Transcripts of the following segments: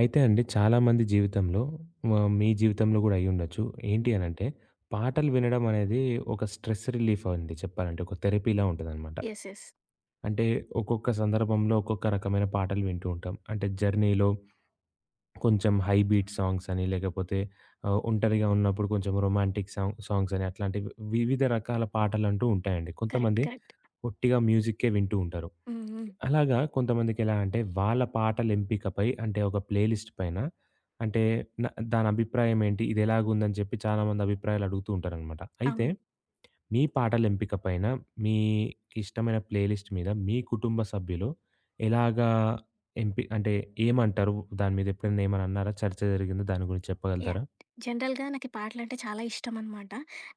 అయితే అండి చాలామంది జీవితంలో మీ జీవితంలో గూడా అయ్యుండొచ్చు. ఏంటి హ్మ్. అనంటే, పాటలు వినడం అనేది ఒక స్ట్రెస్ రిలీఫ్ అండి చెప్పాలంటే. ఒక థెరపీలా ఉంటదనమాట. యెస్. అంటే ఒక్కొక్క సందర్భంలో ఒక్కొక్క రకమైన పాటలు వింటూ ఉంటాం. అంటే జర్నీలో కొంచెం హై బీట్ సాంగ్స్ అని, లేకపోతే ఒంటరిగా ఉన్నప్పుడు కొంచెం రొమాంటిక్ సాంగ్స్ అని అట్లాంటివి వివిధ రకాల పాటలంటూ ఉంటాయండి. కరెక్ట్. కొంతమంది కరెక్ట్. ఒట్టిగా మ్యూజిక్కే వింటూ ఉంటారు. హ్మ్. హ్మ్. అలాగా కొంతమందికెలా అంటే, వాళ్ళ పాటల ఎంపికపై అంటే, ఒక ప్లే లిస్ట్ పైన అంటే, న దాని అభిప్రాయం ఏంటి? ఇదెలాగుందని చెప్పి చాలామంది అభిప్రాయాలు అడుగుతూ ఉంటారనమాట. అయితే, అవును. మీ పాటల ఎంపిక పైన మీకిష్టమైన ప్లే లిస్ట్ మీద మీ కుటుంబ సభ్యులు ఎలాగా అంటే ఏమంటారు? దాని మీద ఎప్పుడైనా ఏమైనా అన్నారా? చర్చ జరిగిందా? దాని గురించి యాహ్! చెప్పగలుగుతారా? జనరల్‌గా నాకీ పాటలంటే చాలా ఇష్టమనమాట.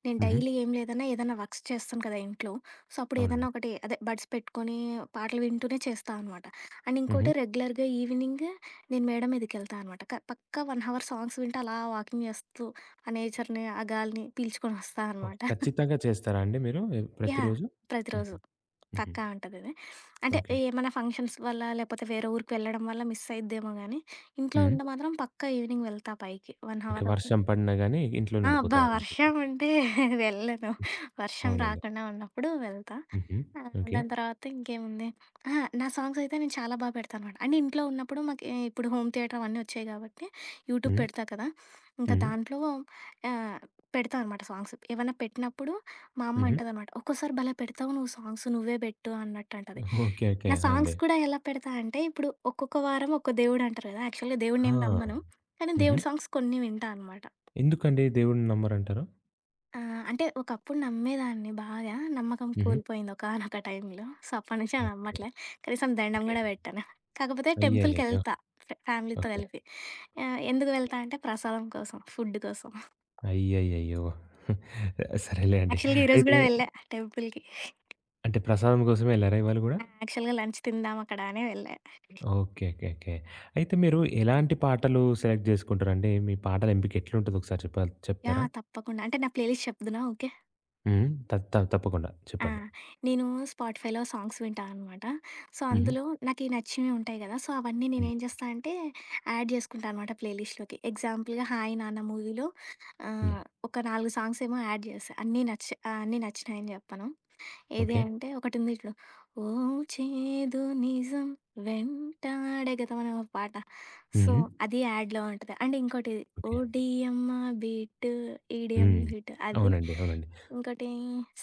నేను హుహు. డైలీ ఏం లేదన్నా ఏదన్నా వర్క్స్ చేస్తాను కదా ఇంట్లో. సో, అప్పుడు అవునండి. ఏదన్నా ఒకటి అదే బడ్స్ పెట్టుకొని పాటలు వింటూనే చేస్తా అనమాట. అండ్ హుహు. ఇంకోటి రెగ్యులర్‌గా ఈవినింగ్ నేను మేడ మీదకెళ్తా అనమాట. పక్కా 1 అవర్ సాంగ్స్ వింటూ అలా వాకింగ్ చేస్తూ ఆ నేచర్‌ని, ఆ గాలిని పీల్చుకొనొస్తా ఓకే. అనమాట. ఖచ్చితంగా చేస్తారా అండి మీరు? యాహ్! ప్రతిరోజు? హుహు. ప్రతిరోజు. హుహు. పక్కా ఉంటదిది. అంటే ఓకే. ఏమైనా ఫంక్షన్స్ వల్ల, లేపోతే వేరే ఊరికి వెళ్ళడం వల్ల మిస్ అయిద్దేమో గానీ, ఇంట్లో హ్మ్. ఉంటే మాత్రం పక్కా ఈవినింగ్ వెళ్తా పైకి 1 ఓకే. అవర్. వర్షం పడినా గాని ఇంట్లోనే ఆ! అబ్బా! ఉండిపోతారనమాట. వర్షం అంటే వెళ్ళను. వర్షం అవునండి. రాకుండా ఉన్నప్పుడు వెళ్తా. హుహు. ఓకే. దాని తర్వాత ఇంకేముంది. అహా! నా సాంగ్స్ అయితే నేను చాలా బా పెడతానమాట. అంటే ఇంట్లో ఉన్నప్పుడు మాకి ఇప్పుడు హోమ్ థియేటర్ అవన్నీ వచ్చాయి కాబట్టి యూట్యూబ్ హ్మ్. పెడతా కదా! ఇంకా హ్మ్. దాంట్లో ఆహ్, పెడతా అనమాట సాంగ్స్. ఏవన్నా పెట్టినప్పుడు మా అమ్మ హుహు. అంటదనమాట, "ఒక్కోసారి భలే పెడతావు నువ్వు సాంగ్స్ నువ్వే పెట్టు" అన్నట్టు అంటది. ఓకే. ఓకే. నా ఆ! అండి. సాంగ్స్ కూడా ఎలా పెడతా అంటే ఇప్పుడు ఒక్కొక్క వారం ఒక్కో దేవుడు అంటారు కదా! యాక్చువల్‌గా ఆ! దేవుడినేమి నమ్మను. కానీ హుహు. దేవుడి సాంగ్స్ కొన్ని వింటా అనమాట. ఎందుకండి దేవుడిని నమ్మరంటారు? ఆ! అంటే ఒకప్పుడు నమ్మేదాన్ని బాగా. నమ్మకం హుహు. కోల్పోయింది ఒకానొక టైంలో. సో, అప్పటి నుంచి నేను ఓకే. నమ్మట్లే. కనీసం దండం ఓకే. గూడా పెట్టను. కాకపోతే అయ్యయ్యయ్యో! టెంపుల్‌కెళ్తా ఫ్యామిలీతో ఓకే. కలిపి. ఎందుకు ఓకే. వెళ్తా అంటే ప్రసాదం కోసం, ఫుడ్ కోసం. అయ్యయ్యయ్యో! సరేలే అండి. యాక్చువల్‌గా ఈరోజు అయితే గూడా వెళ్ళా టెంపుల్‌కి. అంటే ప్రసాదం కోసమే ఎళ్లారా ఇవాళ గూడా? ఆ! యాక్చువల్‌గా లంచ్ తిందాం అక్కడ అని వెళ్ళా. ఓకే. ఓకే. ఓకే. అయితే మీరు ఎలాంటి పాటలు సెలెక్ట్ జేసుకుంటారండి? మీ పాటల ఎంపిక ఎట్లుంటది ఒకసారి చెప్తారా? యాహ్! తప్పకుండా. అంటే నా ప్లేలిస్ట్ చెప్దునా? ఓకే. హ్మ్. త త తప్పకుండా ఆ! చెప్పండి. నేను స్పాటిఫైలో సాంగ్స్ వింటా అనమాట. సో, హుహు. అందులో నాకీ నచ్చినవి ఉంటాయి గదా! సో, అవన్నీ హ్మ్. నేనేం చేస్తా అంటే, యాడ్ జేసుకుంటా అనమాట ప్లే లిస్ట్‌లోకి. ఎగ్జాంపుల్‌గా 'హాయ్ నాన్న' మూవీలో హ్మ్. ఆహ్, ఒక 4 సాంగ్స్ ఏమో యాడ్ జేశా. అన్నీ నచ్చినాయని జెప్పను. ఏది ఓకే. అంటే ఒకటుంది చూడు. ఓ చేదు నిజం వెంటాడే గతం అనే ఒక పాట. సో, హ్మ్. అది యాడ్‌లో ఉంటది. అండ్ ఇంకోటి ఓ ఓకే. డియమ్మ బీట్, ఈడియం హ్మ్. హిట్ అది. అవునండి. అవునండి. ఇంకోటి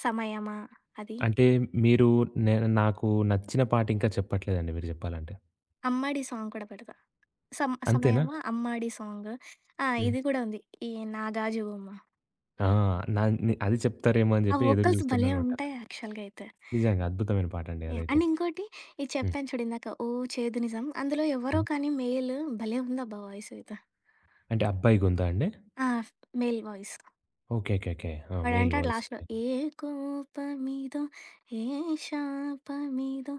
సమయమా అది. అంటే మీరు నే నాకు నచ్చిన పాట ఇంకా చెప్పట్లేదండి మీరు జెప్పాలంటే. అమ్మాడి సాంగ్ కూడా పెడతా. అంతేనా? సమయమా, అమ్మాడి సాంగ్. ఆ! హ్మ్. ఇది కూడా ఉంది. ఈ 'నాగాజువమ్మ.' ఆ! నే అది చెప్తారేమో అని ఆ జెప్పి ఎదురు వోకల్స్ భలే జూస్తున్నానమాట. ఉంటాయి యాక్చువల్‌గా అయితే. నిజంగా అద్భుతమైన పాటండి యాహ్! అదైతే. అండ్ ఇంకోటి ఇది హ్మ్. చెప్పాను చూడు ఇందాక ఓ చేదు నిజం అందులో ఎవరో హ్మ్. కానీ మేల్ భలే ఉందబ్బా వాయిస్ అయితే. అంటే అబ్బాయి గొంతా అండి? ఆ! Male voice. Okay. Okay. Okay. ఆ! మేల్ వాడంటాడు వాయిస్. లాస్ట్‌లో ఏ కోపమిదో, ఏ శాపమిదో,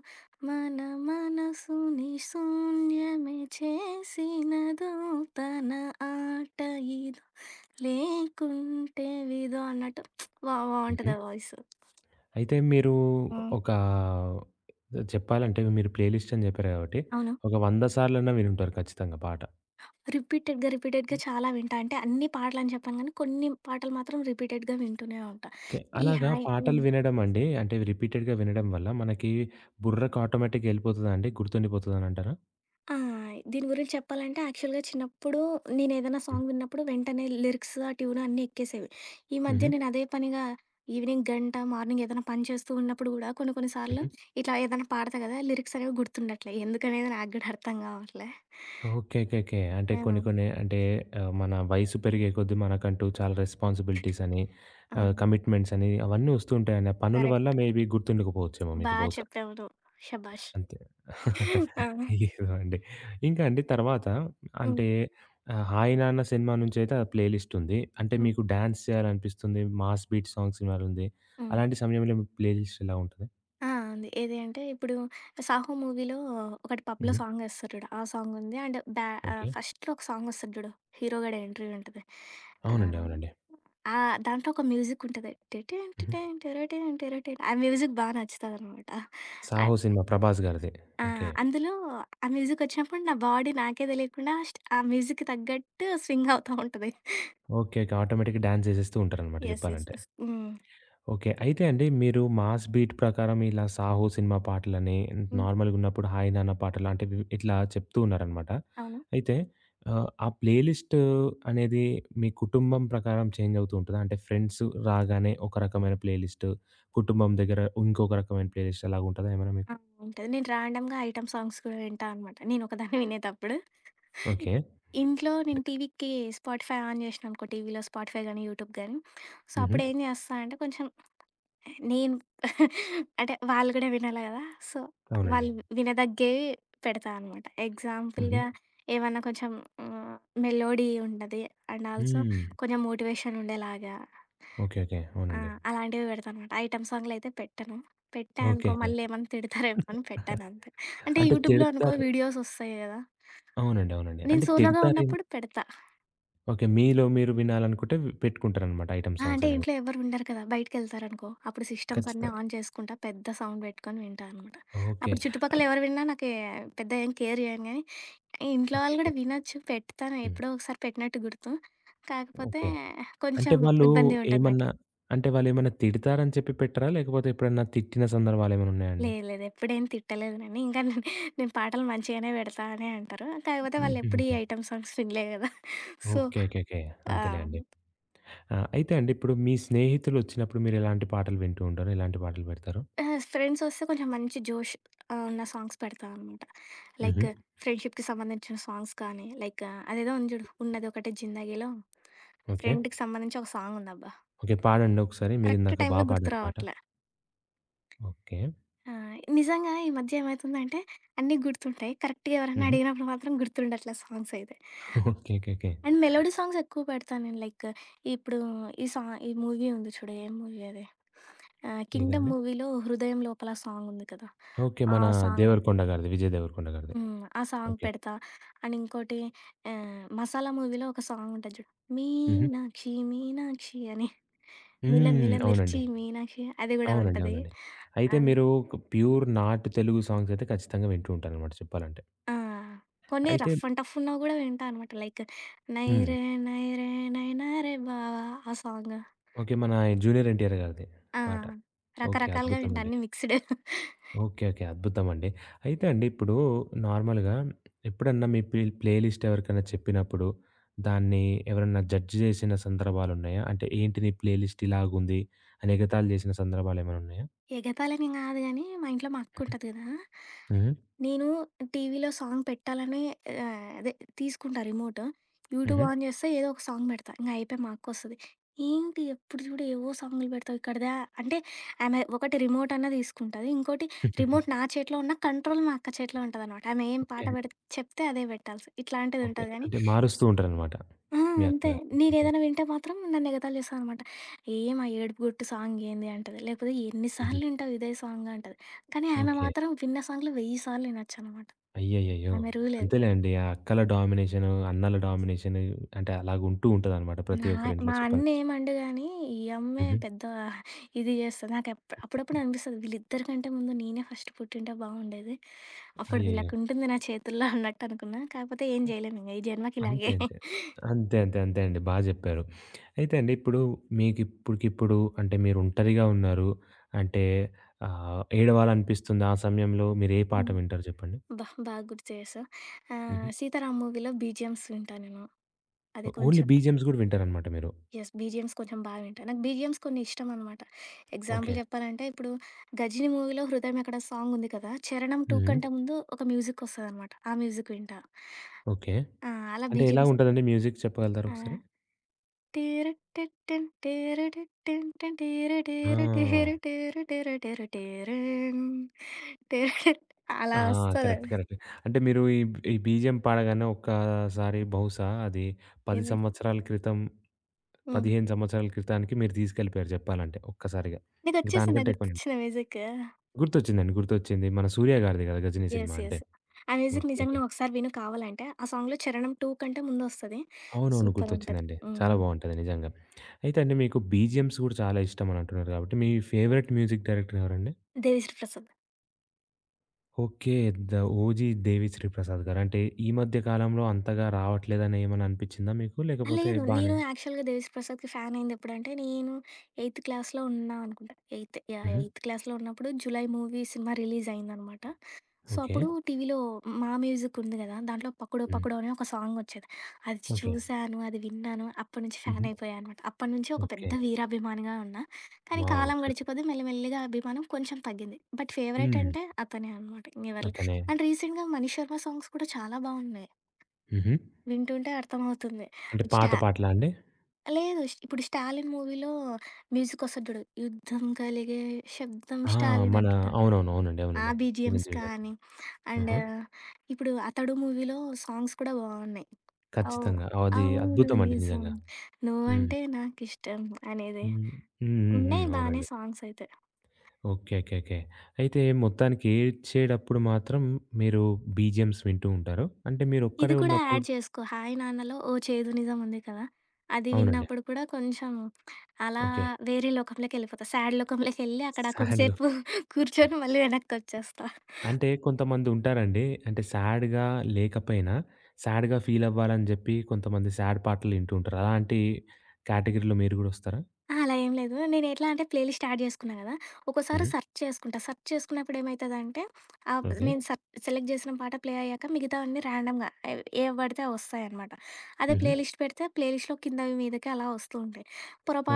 మన మనసుని శూన్యమే చేసినదో తన ఆట ఇదో, లేకుంటే విదో అన్నట్టు హుహు. బావుంటది ఆ వాయిస్. అయితే మీరు హ్మ్. ఒక చెప్పాలంటే మీరు ప్లేలిస్ట్ అని జెప్పారు గాబట్టి అవును. ఒక 100 సార్లన్నా వినుంటారు ఖచ్చితంగా పాట. రిపీటెడ్‌గా చాలా వింటా. అంటే అన్ని పాటలని చెప్పను గానీ, కొన్ని పాటలు మాత్రం రిపీటెడ్‌గా వింటూనే ఉంటా. ఓకే. ఈ అలాగా హాయ్ పాటలు హ్మ్. వినడం అండి. అంటే రిపీటెడ్‌గా వినడం వల్ల మనకి బుర్రకు ఆటోమేటిక్‌గా ఎళ్ళిపోతదా అండి? గుర్తుండిపోతదనంటారా? ఆ! దీని గురించి చెప్పాలంటే యాక్చువల్‌గా చిన్నప్పుడు నేనేదైనా హ్మ్. సాంగ్ విన్నప్పుడు వెంటనే లిరిక్స్, ఆ ట్యూన్ అన్నీ ఎక్కేసేవి. ఈ హుహు. మధ్య నేను అదే పనిగా ఈవినింగ్ గంట, మార్నింగ్ ఏదైనా పని చేస్తూ ఉన్నప్పుడు గూడా కొన్ని కొన్ని సార్లు హుహు. ఇట్లా ఏదైనా పాడతా గదా! లిరిక్స్ అనేవి గుర్తుండట్లే. ఎందుకనేది నాకు గూడా అర్థం గావట్లే. ఓకే. ఓకే. ఓకే. అంటే కొన్ని ఆ! కొన్ని అంటే మన వయసు పెరిగే కొద్దీ మనకంటూ చాలా రెస్పాన్సిబిలిటీస్ అని ఆ! కమిట్మెంట్స్ అని అవన్నీ వస్తూ ఉంటాయండి. ఆ పనుల వల్ల కరెక్ట్. మేబీ గుర్తుండకపోవచ్చేమో బా మీకు బహుశా. చెప్పావు నువ్వు. షబాష్! అంతే. ఆ! ఏదో అండి. ఇంకా అండి తర్వాత హ్మ్. అంటే 'హాయ్ నాన్న' సినిమా నుంచయితే ఆ ప్లే లిస్ట్ ఉంది. అంటే హ్మ్. మీకు డాన్స్ చేయాలనిపిస్తుంది. మాస్ బీట్ సాంగ్స్ వినాలుంది. హ్మ్. అలాంటి సమయంలో మీ ప్లే లిస్ట్ ఎలా ఉంటది? ఆ! ఉంది. ఏది అంటే ఇప్పుడు 'సాహో' మూవీలో ఒకటి పబ్‌లో హుహు. సాంగ్ ఏస్తారు చూడు. ఆ సాంగ్ ఉంది. అండ్ బ్యా ఓకే. ఫస్ట్‌లో ఒక సాంగ్ వస్తది జూడు. హీరో గడ ఎంట్రీ ఉంటది. అవునండి. ఆహ్, అవునండి. ఆ! దాంట్లో ఒక మ్యూజిక్ ఉంటది. టిటిన్ హుహు. టిటన్ టిరటిన్ టిరటిన్ ఆ మ్యూజిక్ బా నచ్చుతదనమాట. 'సాహో' అద్ సినిమా 'ప్రభాస్' గారిది. ఆ! ఓకే. అందులో ఆ మ్యూజిక్ వచ్చినప్పుడు నా బాడీ నాకే తెలియకుండా ఆ మ్యూజిక్‌కి తగ్గట్టు స్వింగ్ అవుతా ఉంటది. ఓకే. ఓకే. ఆటోమేటిక్‌గా డాన్స్ ఎసేస్తూ ఉంటారనమాట యెస్. యెస్. చెప్పాలంటే. యెస్. హ్మ్. ఓకే. అయితే అండి మీరు మాస్ బీట్ ప్రకారం ఇలా 'సాహో' సినిమా పాటలని, హ్మ్. నార్మల్‌గున్నప్పుడు 'హాయ్ నాన్న' పాటలు అంటే ఇట్లా చెప్తూ ఉన్నారనమాట. అవును. అయితే ఆ ప్లేలిస్ట్ అనేది మీ కుటుంబం ప్రకారం చేంజ్ అవుతూ ఉంటదా? అంటే ఫ్రెండ్స్ రాగానే ఒక రకమైన ప్లేలిస్ట్, కుటుంబం దగ్గర ఇంకొక రకమైన ప్లేలిస్ట్ అలాగుంటదా ఏమైనా మీకు? ఆ! ఉంటది. నేను రాండమ్‌గా ఐటెమ్ సాంగ్స్ కూడా వింటా అనమాట. నేనొకదాన్ని వినేటప్పుడు. ఓకే. ఇంట్లో నేను టీవీకి స్పాటిఫై ఆన్ జేసిననుకో టీవీలో స్పాటిఫై గానీ, యూట్యూబ్ గానీ, సో, హుహు. అప్పుడేం జేస్తా అంటే కొంచెం నేను అంటే వాళ్ళు గూడా వినాలి గదా! సో, అవునండి. వాళ్ళు వినదగ్గేవి పెడతా అనమాట. హుహు. ఎగ్జాంపుల్‌గా ఏమన్నా కొంచెం ఆహ్, మెలోడీ ఉన్నది అండ్ ఆల్సో హ్మ్. కొంచెం మోటివేషన్ ఉండేలాగా. ఓకే. ఓకే. ఆ! అవునండి. అలాంటివి పెడతానమాట. ఐటెమ్ సాంగ్‌లయితే పెట్టను. పెట్టా ఓకే. అనుకో ఓకే. మళ్ళీ ఏమన్నా తిడతారేమో అని పెట్టానంతే. అంటే అంటే యూట్యూబ్‌లో అనుకో తిడతారు వీడియోస్ ఒస్తాయి గదా! అవునండి. అవునండి. నేను అంటే సోలోగా తిడతారేమో ఉన్నప్పుడు పెడతా. ఓకే. మీలో మీరు వినాలనుకుంటే పెట్టుకుంటారనమాట ఐటెమ్ ఆ! సాంగ్స్ అంటే అనేవి. ఇంట్లో ఎవరు ఉండరు కదా! బయటికెళ్తారనుకో అప్పుడు సిస్టమ్స్ అన్నీ ఖచ్చితంగా. ఆన్ చేసుకుంటా. పెద్ద సౌండ్ పెట్టుకొని వింటా అనమాట. ఓకే. అప్పుడు చుట్టుపక్కల అన్ ఎవరు విన్నా నాకే పెద్ద ఏం కేర్ జేయను గానీ, ఇంట్లో ఓకే. వాళ్ళు ఓకే. గూడా వినొచ్చు. పెడతాను హ్మ్. ఎప్పుడో ఒకసారి పెట్టినట్టు గుర్తు. కాకపోతే ఓకే. అంటే కొంచెం వాళ్ళు ఇబ్బందిగా ఉంటది నాకు. ఏమన్నా అంటే వాళ్ళేమన్నా తిడతారని చెప్పి పెట్టరా? లేకపోతే ఎప్పుడన్నా తిట్టిన సందర్భాలేమైనా ఉన్నాయండి? లేదు, లేదు. ఎప్పుడేం తిట్టలేదు నన్ను. ఇంకా నేను నేను పాటలు మంచిగానే పెడతా అనే అంటారు. కాకపోతే వాళ్ళు ఎప్పుడు ఈ హుహుహు. ఐటెమ్ సాంగ్స్ వినలే కదా! So, okay. ఓకే. ఓకే. అంతేలే ఆహ్, అండి. ఆ! అయితే అండి ఇప్పుడు మీ స్నేహితులొచ్చినప్పుడు మీరెలాంటి పాటలు వింటూ ఉంటారు? ఎలాంటి పాటలు పెడతారు? ఫ్రెండ్స్ వస్తే కొంచెం మంచి జోష్ ఉన్న సాంగ్స్ పెడతా అనమాట. హుహు. లైక్ ఫ్రెండ్‌షిప్‌కి సంబంధించిన సాంగ్స్ కానీ, లైక్ అదేదో ఉంది చూడు 'ఉన్నదొకటే జిందగీలో' ఓకే. ఫ్రెండ్‌కి సంబంధించి ఒక సాంగ్ ఉందబ్బా! ఓకే. పాడండి ఒకసారి. కరెక్ట్ మీరిందాక బా టైమ్‌లో గుర్తు పాడారు పాట. రావట్లే. ఓకే. ఆ! నిజంగా ఈ మధ్య ఏమైతుందంటే అన్నీ గుర్తుంటాయి. కరెక్ట్‌గా ఎవరైనా హుహు. అడిగినప్పుడు మాత్రం గుర్తుండట్లే సాంగ్స్ అయితే. Okay. Okay. Okay. And melody songs ఎక్కువ పెడతా నేను. లైక్ ఇప్పుడు ఈ సా ఈ మూవీ ఉంది చూడు. ఏం మూవీ అది? 'కింగ్డమ్' ఏదండి? మూవీలో 'హృదయం లోపల' సాంగ్ ఉంది కదా! ఓకే. ఆ అవును. సాంగ్. 'దేవరకొండ' గారిది. విజయ్ దేవరకొండ గారిది. హ్మ్. ఆ సాంగ్ ఓకే. పెడతా. అండ్ ఇంకోటి 'మసాలా' మూవీలో ఒక సాంగ్ ఉంటది చూడు. హుహు. మీనాక్షి మీనాక్షి అని. మిల హ్మ్. మిల అవునండి. మిర్చి మీనాక్షి అది గూడా అవునండి. ఉంటది. అవునండి. అయితే ఆహ్, మీరు ప్యూర్ నాటు తెలుగు సాంగ్స్ అయితే ఖచ్చితంగా వింటూ ఉంటారనమాట చెప్పాలంటే. ఆ! కొన్ని అయితే రఫ్ అండ్ టఫ్ ఉన్నవి గూడా వింటా అనమాట. లైక్ హ్మ్. 'నైరే నైరే నైనా రే బావా' ఆ సాంగ్. ఓకే. మన 'జూనియర్ ఎన్‌టిఆర్' గారిది ఆ! పాట. ఓకే. రకరకాలుగా వింటా. అద్భుతమండి. అన్నీ మిక్స్‌డ్. ఓకే. ఓకే. అద్భుతమండి. అయితే అండి ఇప్పుడు నార్మల్‌గా ఎప్పుడన్నా మీ ప్లే ప్లే లిస్ట్ ఎవరికైనా చెప్పినప్పుడు, దాన్ని ఎవరన్నా జడ్జ్ చేసిన సందర్భాలున్నాయా? అంటే ఏంటి నీ ప్లే లిస్ట్ ఇలాగుంది అని ఎగతాళి చేసిన సందర్భాలేమైనా ఉన్నాయా? ఎగతాళిని గాదు గానీ, మా ఇంట్లో మా అక్కుంటది గదా! హుహు. నేను టీవీలో సాంగ్ పెట్టాలని ఆహ్, అదే తీసుకుంటా రిమోట్. యూట్యూబ్ హుహు. ఆన్ చేస్తే ఏదో ఒక సాంగ్ పెడతా. ఇంగ అయిపోయి మా అక్కొస్తది. "ఏంటి ఎప్పుడు చూడు ఏవో సాంగులు పెడతావు ఇక్కడిదా" అంటే ఆమె ఒకటి రిమోట్ అన్నా తీసుకుంటది. ఇంకోటి నా చేతిలో ఉన్న కంట్రోల్ మా అక్క చేతిలో ఉంటదనమాట. ఆమె ఏం పాట ఓకే. పెడితే చెప్తే అదే పెట్టాల్సి ఓకే. ఇట్లాంటిదుంటది గానీ అంటే మారుస్తూ ఉంటారనమాట. ఆ! మీ అంతే. అత్తగారు. ఓకే. నేనేదైనా వింటే మాత్రం నన్ను ఎగతాళి చేస్తదనమాట. "ఏం ఆ ఏడుపు గొట్టు సాంగ్ ఏంది" అంటది. లేకపోతే "ఎన్ని హుహు. సార్లు వింటావు ఇదే సాంగ్" అంటది. కానీ ఆమె ఓకే. మాత్రం విన్న సాంగ్‌లు 1000 సార్లు వినొచ్చనమాట. అయ్యయ్యయ్యో! ఆమె రూల్ అది. అంతేలేండి. ఆ అక్కల డామినేషను, అన్నల డామినేషను అంటే అలాగుంటూ ఉంటదనమాట ప్రతి నా ఒక్కరింట్లో మా చెప్పాలంటే. అన్నేమనడు గానీ, ఈ అమ్మే హుహు. పెద్ద ఇది చేస్తది. అప్పుడప్పుడు అనిపిస్తది వీళ్ళిద్దరికంటే ముందు నేనే ఫస్ట్ పుట్టింటే బావుండేది. అప్పుడు అయ్యయ్యో! వీళ్ళకుంటుంది నా చేతుల్లో అన్నట్టనుకున్నా. కాకపోతే ఏం జేయలేమింక. ఈ అంతే జన్మకిలాగే. అంతే. అంతే అంతే అంతే అండి. బా జెప్పారు. అయితే అండి ఇప్పుడు మీకిప్పుడికిప్పుడు అంటే మీరు ఒంటరిగా ఉన్నారు. అంటే ఏడవాలనిపిస్తుందా ఆ సమయంలో మీరే పాట హ్మ్. వింటారు జెప్పండి? అబ్బా! బాగా గుర్తు చేశావు. హుహు. 'సీతారాం' మూవీలో బీజీఎమ్స్ వింటా నేను. అది ఓన్లీ కొంచెం బీజీఎమ్స్ గూడా వింటారనమాట మీరు. యెస్. బీజీఎమ్స్ కొంచెం బా వింటా. నాకు బీజీఎమ్స్ కొన్ని ఇష్టమనమాట. Example okay. చెప్పాలంటే, ఇప్పుడు 'గజిని' మూవీలో 'హృదయం ఎక్కడ' సాంగ్ ఉంది కదా! 'చరణం 2' హ్మ్. కంటే ముందు ఒక మ్యూజికొస్తదనమాట. ఆ మ్యూజిక్ వింటా. ఓకే. ఆ! అలా అంటే ఎలా బీజీఎమ్స్. ఉంటదండి మ్యూజిక్ చెప్పగలుగుతారా ఆ! ఒకసారి? టేరు టెట్టెన్ టేరు టెట్టెన్ టెన్ టేరు టేరు టేరు ఆ! టేరు టేరు టేరు టేరన్ టేరు టెట్ ఆ! అలా కరెక్ట్. వస్తదది. కరెక్ట్. అంటే మీరు ఈ ఈ బీజీఎం పాడగానే ఒక్కసారి బహుశా అది 10 ఏంది సంవత్సరాల క్రితం, హ్మ్. 15 సంవత్సరాల క్రితానికి మీరు తీసుకెళ్ళిపోయారు చెప్పాలంటే ఒక్కసారిగా. ఇంక నీకొచ్చేసిందా దానికంటే ఎక్కువనండి. గుర్తొచ్చిందా మ్యూజిక్? గుర్తొచ్చిందండి. గుర్తొచ్చింది. మన 'సూర్య' గారిది కదా! 'Ghajini' cinema yes. అంటే. యెస్. ఆ మ్యూజిక్ ఓకే. నిజంగా ఓకే. నువ్వొకసారి విను కావాలంటే. ఆ సాంగ్‌లో 'చరణం 2' కంటే ముందొస్తది. అవునవును. సూపరుంటది. గుర్తొచ్చిందండి. హ్మ్. చాలా అంతా బావుంటది నిజంగా. అయితే అండి మీకు బీజీఎమ్స్ గూడా చాలా ఇష్టం అని అంటున్నారు కాబట్టి మీ ఫేవరెట్ మ్యూజిక్ డైరెక్టర్ ఎవరండి? Devi Sri Prasad. Okay. The 'OG Devi Sri Prasad' గారు. అంటే ఈ మధ్య కాలంలో అంతగా రావట్లేదని ఏమన్నా అనిపిచ్చిందా మీకు? ఆ! లేకపోతే లేదు. నేను బానే యాక్చువల్‌గా దేవిశ్రీ ప్రసాద్‌కి ఫ్యానయిందెప్పుడంటే, నేను ఎయిత్ క్లాస్‌లో ఉన్నా అనుకుంటా. Eighth yeah! హుహు. ఎయిత్ క్లాస్‌లో ఉన్నప్పుడు 'జులై' మూవీ సినిమా రిలీజయిందనమాట. సో, ఓకే. అప్పుడు టీవీలో 'మా మ్యూజిక్' ఉంది గదా! దాంట్లో 'పక్కడో హ్మ్. పక్కడో' అనే ఒక సాంగ్ ఒచ్చేది. అది ఓకే. చూసాను, అది విన్నాను. అప్పటి నుంచి హుహు. ఫ్యాన్ అయిపోయా అనమాట. అప్పటి నుంచి ఒక పెద్ద ఓకే. వీరాభిమానిగా ఉన్నా. కానీ వావ్! కాలం గడిచే సూపర్. కొద్దీ మెల్లిమెల్లిగా అభిమానం కొంచెం తగ్గింది. బట్ ఫేవరెట్ హ్మ్. అంటే అతనే అనమాట. ఇంగెవరు లే. అతనే. అండ్ రీసెంట్‌గా 'మనీష్ శర్మ' సాంగ్స్ కూడా చాలా బాగున్నాయి. హుహు. వింటుంటే అర్థమవుతుంది. అంటే పాత స్టా పాటలా అండి? లేదు. ఇప్పుడు 'స్టాలిన్' మూవీలో మ్యూజిక్ ఒస్తది జూడు. యుద్ధం కలిగే శబ్దం ఆ! స్టాలిన్ మన అంటుంటారు కదా! అవునవును. అవునండి. ఆ! అవునండి. బీజీఎమ్స్ చిరంజీవి గారి. కానీ, అండ్ ఆహా! ఇప్పుడు 'అతడు' మూవీలో సాంగ్స్ కూడా బావున్నాయి. అవును. ఖచ్చితంగా. అది అవును అద్భుతమండి నిజం. నిజంగా. హ్మ్. నువ్వంటే నాకిష్టం అనేది. హ్మ్. హ్మ్. హ్మ్. హ్మ్. ఉన్నాయి బానే అవునండి. సాంగ్స్ అయితే. ఓకే. ఓకే. ఓకే. అయితే మొత్తానికి ఏడ్చేటప్పుడు మాత్రం మీరు బీజీఎమ్స్ వింటూ ఉంటారు. అంటే ఇది మీరొక్కరే కూడా ఉన్నప్పుడు యాడ్ చేసుకో 'హాయ్ నాన్నలో ఓ చేదు నిజం' ఉంది కదా! అది అవునండి. విన్నప్పుడు కూడా కొంచెం అలా ఓకే. వేరే లోకంలోకెళ్ళిపోతా. సాడ్ లోకంలోకెళ్ళి అక్కడ సాడ్‌లో కొంసేపు కూర్చొని మళ్ళీ వెనక్కొచ్చేస్తా. అంటే కొంతమందుంటారండి. అంటే సాడ్‌గా లేకపోయినా, సాడ్‌గా ఫీలవ్వాలని జెప్పి కొంతమంది సాడ్ పాటలు వింటూ ఉంటారు. అలాంటి కేటగిరీలో మీరు గూడా వస్తారా? ఆ! అలా ఏం లేదు. నేను ఎట్లా అంటే ప్లేలిస్ట్ యాడ్ చేసుకున్నా కదా! ఒక్కోసారి హ్మ్. సెర్చ్ చేసుకుంటా. సెర్చ్ చేసుకున్నప్పుడు ఏమైతదంటే ఆహ్, ఓకే. నేను సెర్ సెలెక్ట్ చేసిన పాట ప్లే అయ్యాక మిగతావన్నీ ర్యాండమ్‌గా ఏవి ఏవి పడితే అవి వస్తాయన్నమాట. అదే హుహు. ప్లేలిస్ట్ పెడితే ప్లేలిస్ట్‌లో కిందవి మీదకి అలా వస్తూ ఉంటాయి.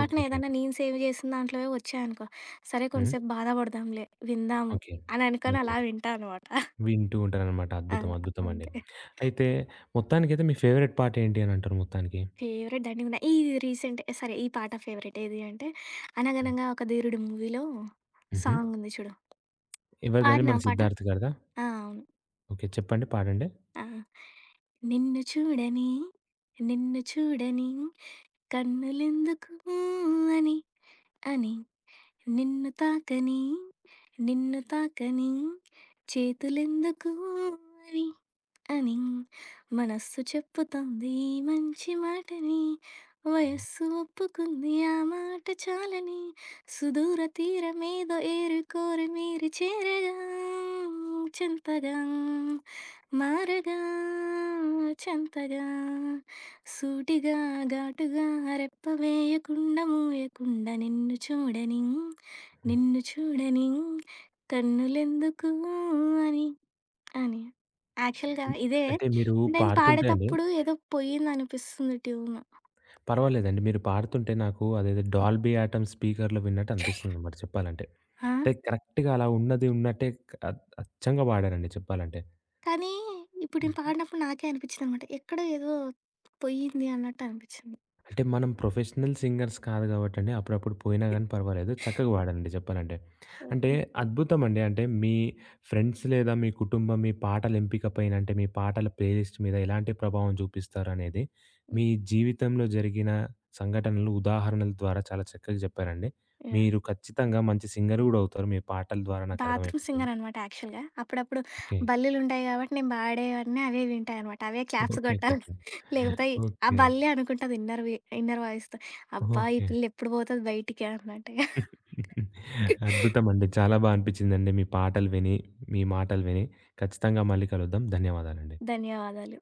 ఓకే. ఏదన్నా ఓకే. నేను సేవ్ చేసిన దాంట్లోవే వచ్చాయనుకో, సరే హ్మ్. కొంతసేపు బాధపడదాంలే, విందాము ఓకే. అని ఓకే. అనుకోని అలా ఓకే. వింటా అనమాట. వింటూ ఉంటారనమాట. ఆ! అద్భుతం. అద్భుతం అండి. అంతే. అయితే మొత్తానికైతే మీ ఫేవరెట్ పాట ఏంటి అనంటారు మొత్తానికి? ఫేవరెట్ దండిగా ఉన్నాయి. ఈ రీసెంట్ సరే ఈ పాట ఫేవరెట్. ఏది అంటే హ్మ్. 'అనగనగా ఒక ధీరుడు' మూవీలో హుహు. సాంగ్ ఉంది చూడు. ఎవరిదండి పాడినా మన పాట? 'సిద్ధార్థ్' గారిదా? ఆ! అవును. ఓకే. చెప్పండి పాడండి. ఆ! నిన్ను చూడని, నిన్ను చూడని, కన్నులెందుకు అని, అని, నిన్ను తాకని, నిన్ను తాకని, చేతులెందుకు అని, అని, మనస్సు చెప్పుతోంది మంచి మాటని, వయస్సు ఒప్పుకుంది ఆ మాట చాలని, సుదూర తీరమేదో ఏరుకోరి మీరు చేరగా, చింతగా. మారగా చెంతగా సూటిగా ఘాటుగా రెప్ప వేయకుండా మూయకుండా నిన్ను చూడని హ్మ్. నిన్ను చూడని కన్నులెందుకు అని అని యాక్చువల్గా ఇదే అంటే మీరు నేను పాడుతుంటే అండి పాడేటప్పుడు ఏదో పోయింది అనిపిస్తుంది ట్యూన్. పర్వాలేదండి. మీరు పాడుతుంటే నాకు అదేదో డాల్బీ అటామ్ స్పీకర్‌లో విన్నట్టు అనిపిస్తుందనమాట చెప్పాలంటే. ఆ, అంటే కరెక్ట్‌గా అలా ఉన్నది ఉన్నట్టే క అ అచ్చంగా పాడారండి చెప్పాలంటే. కానీ ఇప్పుడు నేను హ్మ్. పాడినప్పుడు నాకే అనిపించింది అనమాట ఎక్కడో ఏదో పోయింది అన్నట్టు అనిపించింది. అంటే మనం ప్రొఫెషనల్ సింగర్స్ కాదు గాబట్టండి అప్పుడప్పుడు పోయినా గానీ పర్వాలేదు. చక్కగా పాడండి జెప్పాలంటే. అంటే అద్భుతమండి. అంటే మీ ఫ్రెండ్స్ లేదా మీ కుటుంబం మీ పాటల ఎంపిక పైన అంటే మీ పాటల ప్లేలిస్ట్ మీద ఎలాంటి ప్రభావం జూపిస్తారనేది ఓకే. మీ జీవితంలో జరిగిన సంఘటనలు ఉదాహరణల ద్వారా చాలా చక్కగా జెప్పారండి. మీరు ఖచ్చితంగా మంచి సింగర్ గూడా అవుతారు. మీ పాటల ద్వారా బాత్రూమ్ నాకర్థమైపోతుంది. సింగరనమాట యాక్చువల్‌గా. అప్పుడప్పుడు ఓకే. బల్లులుంటాయి గాబట్టి, నేను పాడేవన్నీ అవే వింటాయనమాట. అవే క్లాప్స్ ఓకే. గొట్టాలి. ఓకే. ఓకే. లేకపోతే ఆ ఓకే. బల్లే అనుకుంటది ఇన్నర్ వాయిస్‌తో. అబ్బా! ఈ ఓకే. పిల్ల ఎప్పుడు బోతది బయటికి అన్నట్టుగా. అద్భుతమండి. చాలా బా అనిపిచ్చిందండి మీ పాటలు విని, మీ మాటలు విని. ఖచ్చితంగా మళ్ళీ కలుద్దాం. ధన్యవాదాలండి. ధన్యవాదాలు.